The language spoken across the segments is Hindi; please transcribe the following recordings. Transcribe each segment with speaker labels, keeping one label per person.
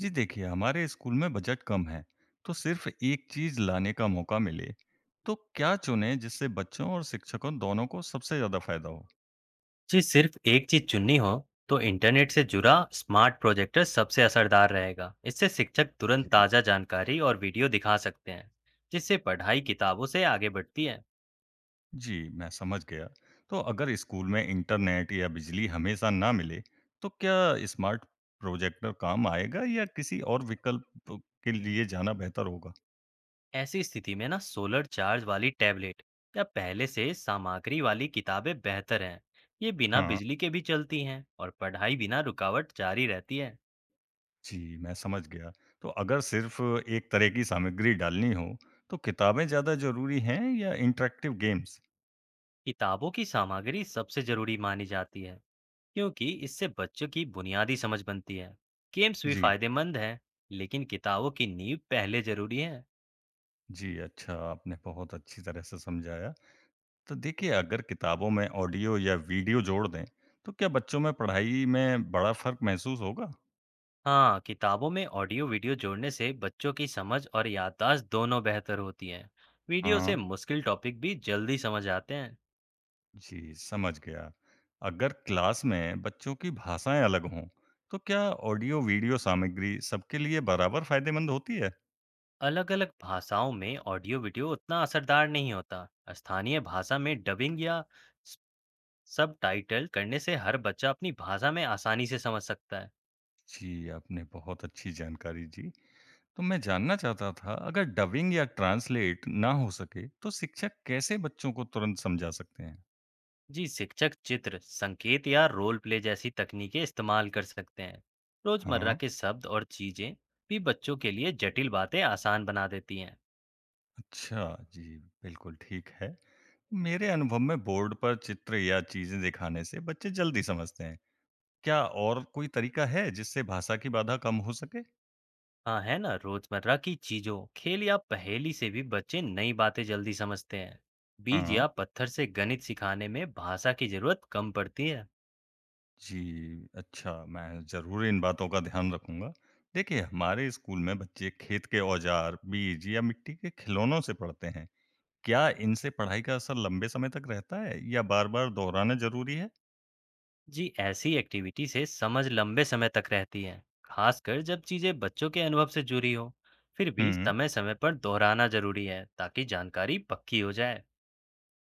Speaker 1: जी देखिए, हमारे स्कूल में बजट कम है, तो सिर्फ एक चीज़ लाने का मौका मिले, तो क्या चुनें जिससे बच्चों और शिक्षकों दोनों को सबसे ज़्यादा फ़ायदा हो?
Speaker 2: जी सिर्फ एक चीज चुननी हो तो इंटरनेट से जुड़ा स्मार्ट प्रोजेक्टर सबसे असरदार रहेगा। इससे शिक्षक तुरंत
Speaker 1: जी
Speaker 2: ताज़ा जानकारी और वीडियो दिखा सकते हैं जिससे पढ़ाई किताबों से आगे बढ़ती है।
Speaker 1: जी, मैं समझ गया। तो अगर स्कूल में इंटरनेट या बिजली हमेशा ना मिले, तो क्या स्मार्ट प्रोजेक्टर काम आएगा या किसी और विकल्प के लिए जाना बेहतर होगा?
Speaker 2: ऐसी स्थिति में ना सोलर चार्ज वाली टैबलेट या पहले से सामग्री वाली किताबें बेहतर हैं। ये बिना
Speaker 1: हाँ
Speaker 2: बिजली के भी चलती हैं और पढ़ाई बिना रुकावट जारी रहती है।
Speaker 1: जी, मैं समझ गया। तो अगर सिर्फ एक तरह की सामग्री डालनी हो, तो किताबें ज़्यादा ज़रूरी हैं या इंटरेक्टिव गेम्स?
Speaker 2: किताबों की सामग्री सबसे जरूरी मानी जाती है क्योंकि इससे बच्चों की बुनियादी समझ बनती है। गेम्स भी
Speaker 1: जी।
Speaker 2: फायदेमंद हैं, लेकिन किताबों की नींव पहले जरूरी है।
Speaker 1: जी, अच्छा, आपने बहुत अच्छी तरह से समझाया। तो देखिए, अगर किताबों में ऑडियो या वीडियो जोड़ दें, तो क्या बच्चों में पढ़ाई में बड़ा फ़र्क महसूस होगा?
Speaker 2: हाँ, किताबों में ऑडियो वीडियो जोड़ने से बच्चों की समझ और याददाश्त दोनों बेहतर होती है। वीडियो
Speaker 1: हाँ,
Speaker 2: से मुश्किल टॉपिक भी जल्दी समझ आते हैं।
Speaker 1: जी, समझ गया। अगर क्लास में बच्चों की भाषाएँ अलग हों, तो क्या ऑडियो-वीडियो सामग्री सबके लिए बराबर फ़ायदेमंद होती है?
Speaker 2: अलग अलग भाषाओं में ऑडियो वीडियो उतना असरदार नहीं होता। स्थानीय भाषा में डबिंग या सब टाइटल करने से हर बच्चा अपनी भाषा में आसानी से समझ सकता है।
Speaker 1: जी, आपने बहुत अच्छी जानकारी दी। तो मैं जानना चाहता था, अगर डबिंग या ट्रांसलेट ना हो सके, तो शिक्षक कैसे बच्चों को तुरंत समझा सकते हैं?
Speaker 2: जी, शिक्षक चित्र संकेत या रोल प्ले जैसी तकनीकें इस्तेमाल कर सकते हैं। रोजमर्रा
Speaker 1: हाँ।
Speaker 2: के शब्द और चीजें भी बच्चों के लिए जटिल बातें आसान बना देती हैं।
Speaker 1: अच्छा, जी, बिल्कुल ठीक है। मेरे अनुभव में बोर्ड पर चित्र या चीज़ें दिखाने से बच्चे जल्दी समझते हैं। क्या और कोई तरीका है जिससे भाषा की बाधा कम हो सके?
Speaker 2: हाँ, है ना, रोजमर्रा की चीजों, खेल या पहेली से भी बच्चे नई बातें जल्दी समझते हैं। बीज
Speaker 1: हाँ,
Speaker 2: या पत्थर से गणित सिखाने में भाषा की जरूरत कम पड़ती है।
Speaker 1: जी, अच्छा, मैं ज़रूर इन बातों का ध्यान रखूँगा। देखिए, हमारे स्कूल में बच्चे खेत के औजार, बीज या मिट्टी के खिलौनों से पढ़ते हैं। क्या इनसे पढ़ाई का असर लंबे समय तक रहता है या बार-बार दोहराना ज़रूरी है?
Speaker 2: जी, ऐसी एक्टिविटी से समझ लंबे समय तक रहती है, खासकर जब चीजें बच्चों के अनुभव से जुड़ी हो। फिर भी
Speaker 1: हुँ।
Speaker 2: समय समय पर दोहराना जरूरी है ताकि जानकारी पक्की हो जाए।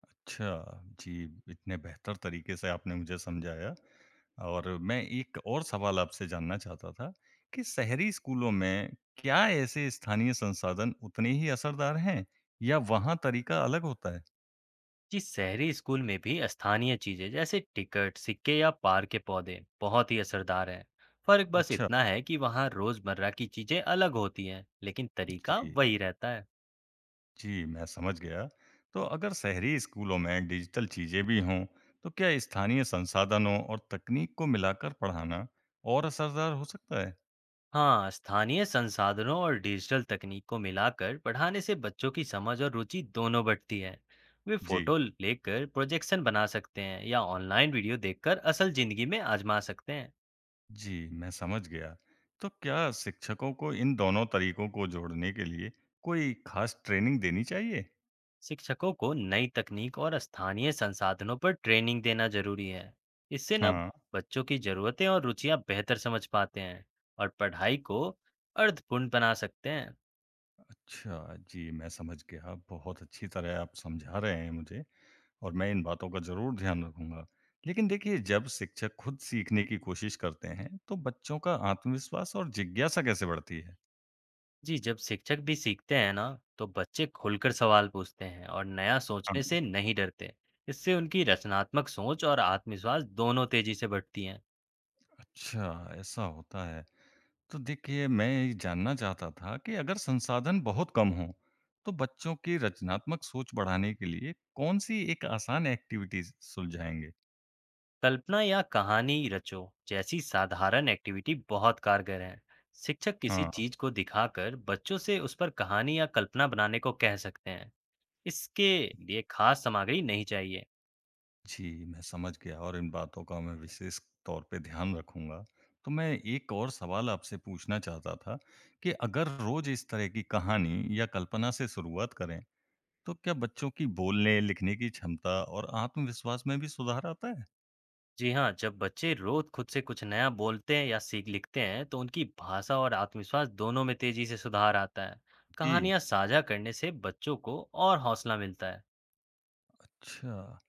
Speaker 1: अच्छा, जी, इतने बेहतर तरीके से आपने मुझे समझाया और मैं एक और सवाल आपसे जानना चाहता था कि शहरी स्कूलों में क्या ऐसे स्थानीय संसाधन उतने ही असरदार हैं या वहाँ तरीका अलग होता है?
Speaker 2: जी, शहरी स्कूल में भी स्थानीय चीजें जैसे टिकट, सिक्के या पार्क के पौधे बहुत ही असरदार हैं। फर्क बस
Speaker 1: अच्छा,
Speaker 2: इतना है कि वहाँ रोजमर्रा की चीजें अलग होती हैं, लेकिन तरीका
Speaker 1: जी,
Speaker 2: वही रहता है।
Speaker 1: जी, मैं समझ गया। तो अगर शहरी स्कूलों में डिजिटल चीज़ें भी हों, तो क्या स्थानीय संसाधनों और तकनीक को मिलाकर पढ़ाना और असरदार हो सकता है?
Speaker 2: हाँ, स्थानीय संसाधनों और डिजिटल तकनीक को मिलाकर पढ़ाने से बच्चों की समझ और रुचि दोनों बढ़ती है। वे
Speaker 1: जी।
Speaker 2: फोटो लेकर प्रोजेक्शन बना सकते हैं या ऑनलाइन वीडियो देखकर असल जिंदगी में आजमा सकते हैं।
Speaker 1: जी, मैं समझ गया। तो क्या शिक्षकों को इन दोनों तरीकों को जोड़ने के लिए कोई ख़ास ट्रेनिंग देनी चाहिए?
Speaker 2: शिक्षकों को नई तकनीक और स्थानीय संसाधनों पर ट्रेनिंग देना जरूरी है। इससे ना
Speaker 1: हाँ,
Speaker 2: बच्चों की जरूरतें और रुचियां बेहतर समझ पाते हैं और पढ़ाई को अर्थपूर्ण बना सकते हैं।
Speaker 1: अच्छा, जी, मैं समझ गया। बहुत अच्छी तरह आप समझा रहे हैं मुझे और मैं इन बातों का ज़रूर ध्यान रखूँगा। लेकिन देखिए, जब शिक्षक खुद सीखने की कोशिश करते हैं, तो बच्चों का आत्मविश्वास और जिज्ञासा कैसे बढ़ती है?
Speaker 2: जी, जब शिक्षक भी सीखते हैं ना, तो बच्चे खुलकर सवाल पूछते हैं और नया सोचने
Speaker 1: हाँ,
Speaker 2: से नहीं डरते। इससे उनकी रचनात्मक सोच और आत्मविश्वास दोनों तेजी से बढ़ती हैं।
Speaker 1: अच्छा, ऐसा होता है। तो देखिए, मैं ये जानना चाहता था कि अगर संसाधन बहुत कम हों, तो बच्चों की रचनात्मक सोच बढ़ाने के लिए कौन-सी एक आसान एक्टिविटीज़ सुलझाएँगे?
Speaker 2: कल्पना या कहानी रचो जैसी साधारण एक्टिविटी बहुत कारगर है। शिक्षक किसी
Speaker 1: हाँ।
Speaker 2: चीज को दिखाकर बच्चों से उस पर कहानी या कल्पना बनाने को कह सकते हैं। इसके लिए खास सामग्री नहीं चाहिए।
Speaker 1: जी, मैं समझ गया और इन बातों का मैं विशेष तौर पे ध्यान रखूँगा। तो मैं एक और सवाल आपसे पूछना चाहता था कि अगर रोज़ इस तरह की कहानी या कल्पना से शुरुआत करें, तो क्या बच्चों की बोलने, लिखने की क्षमता और आत्मविश्वास में भी सुधार आता है?
Speaker 2: जी हाँ, जब बच्चे रोज खुद से कुछ नया बोलते हैं या सीख लिखते हैं, तो उनकी भाषा और आत्मविश्वास दोनों में तेजी से सुधार आता है।
Speaker 1: जी,
Speaker 2: कहानियां साझा करने से बच्चों को और हौसला मिलता है।
Speaker 1: अच्छा।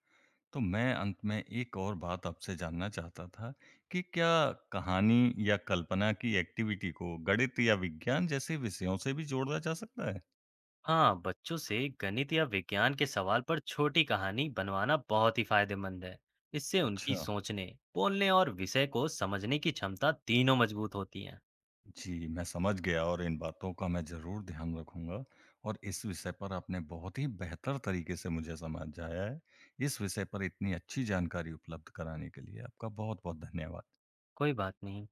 Speaker 1: तो मैं अंत में एक और बात आपसे जानना चाहता था कि क्या कहानी या कल्पना की एक्टिविटी को गणित या विज्ञान जैसे विषयों से भी जोड़ा जा सकता है?
Speaker 2: हाँ, बच्चों से गणित या विज्ञान के सवाल पर छोटी कहानी बनवाना बहुत ही फायदेमंद है। इससे उनकी
Speaker 1: अच्छा,
Speaker 2: सोचने, बोलने और विषय को समझने की क्षमता तीनों मजबूत होती है।
Speaker 1: जी, मैं समझ गया और इन बातों का मैं ज़रूर ध्यान रखूंगा और इस विषय पर आपने बहुत ही बेहतर तरीके से मुझे समझाया है। इस विषय पर इतनी अच्छी जानकारी उपलब्ध कराने के लिए आपका बहुत-बहुत धन्यवाद।
Speaker 2: कोई बात नहीं।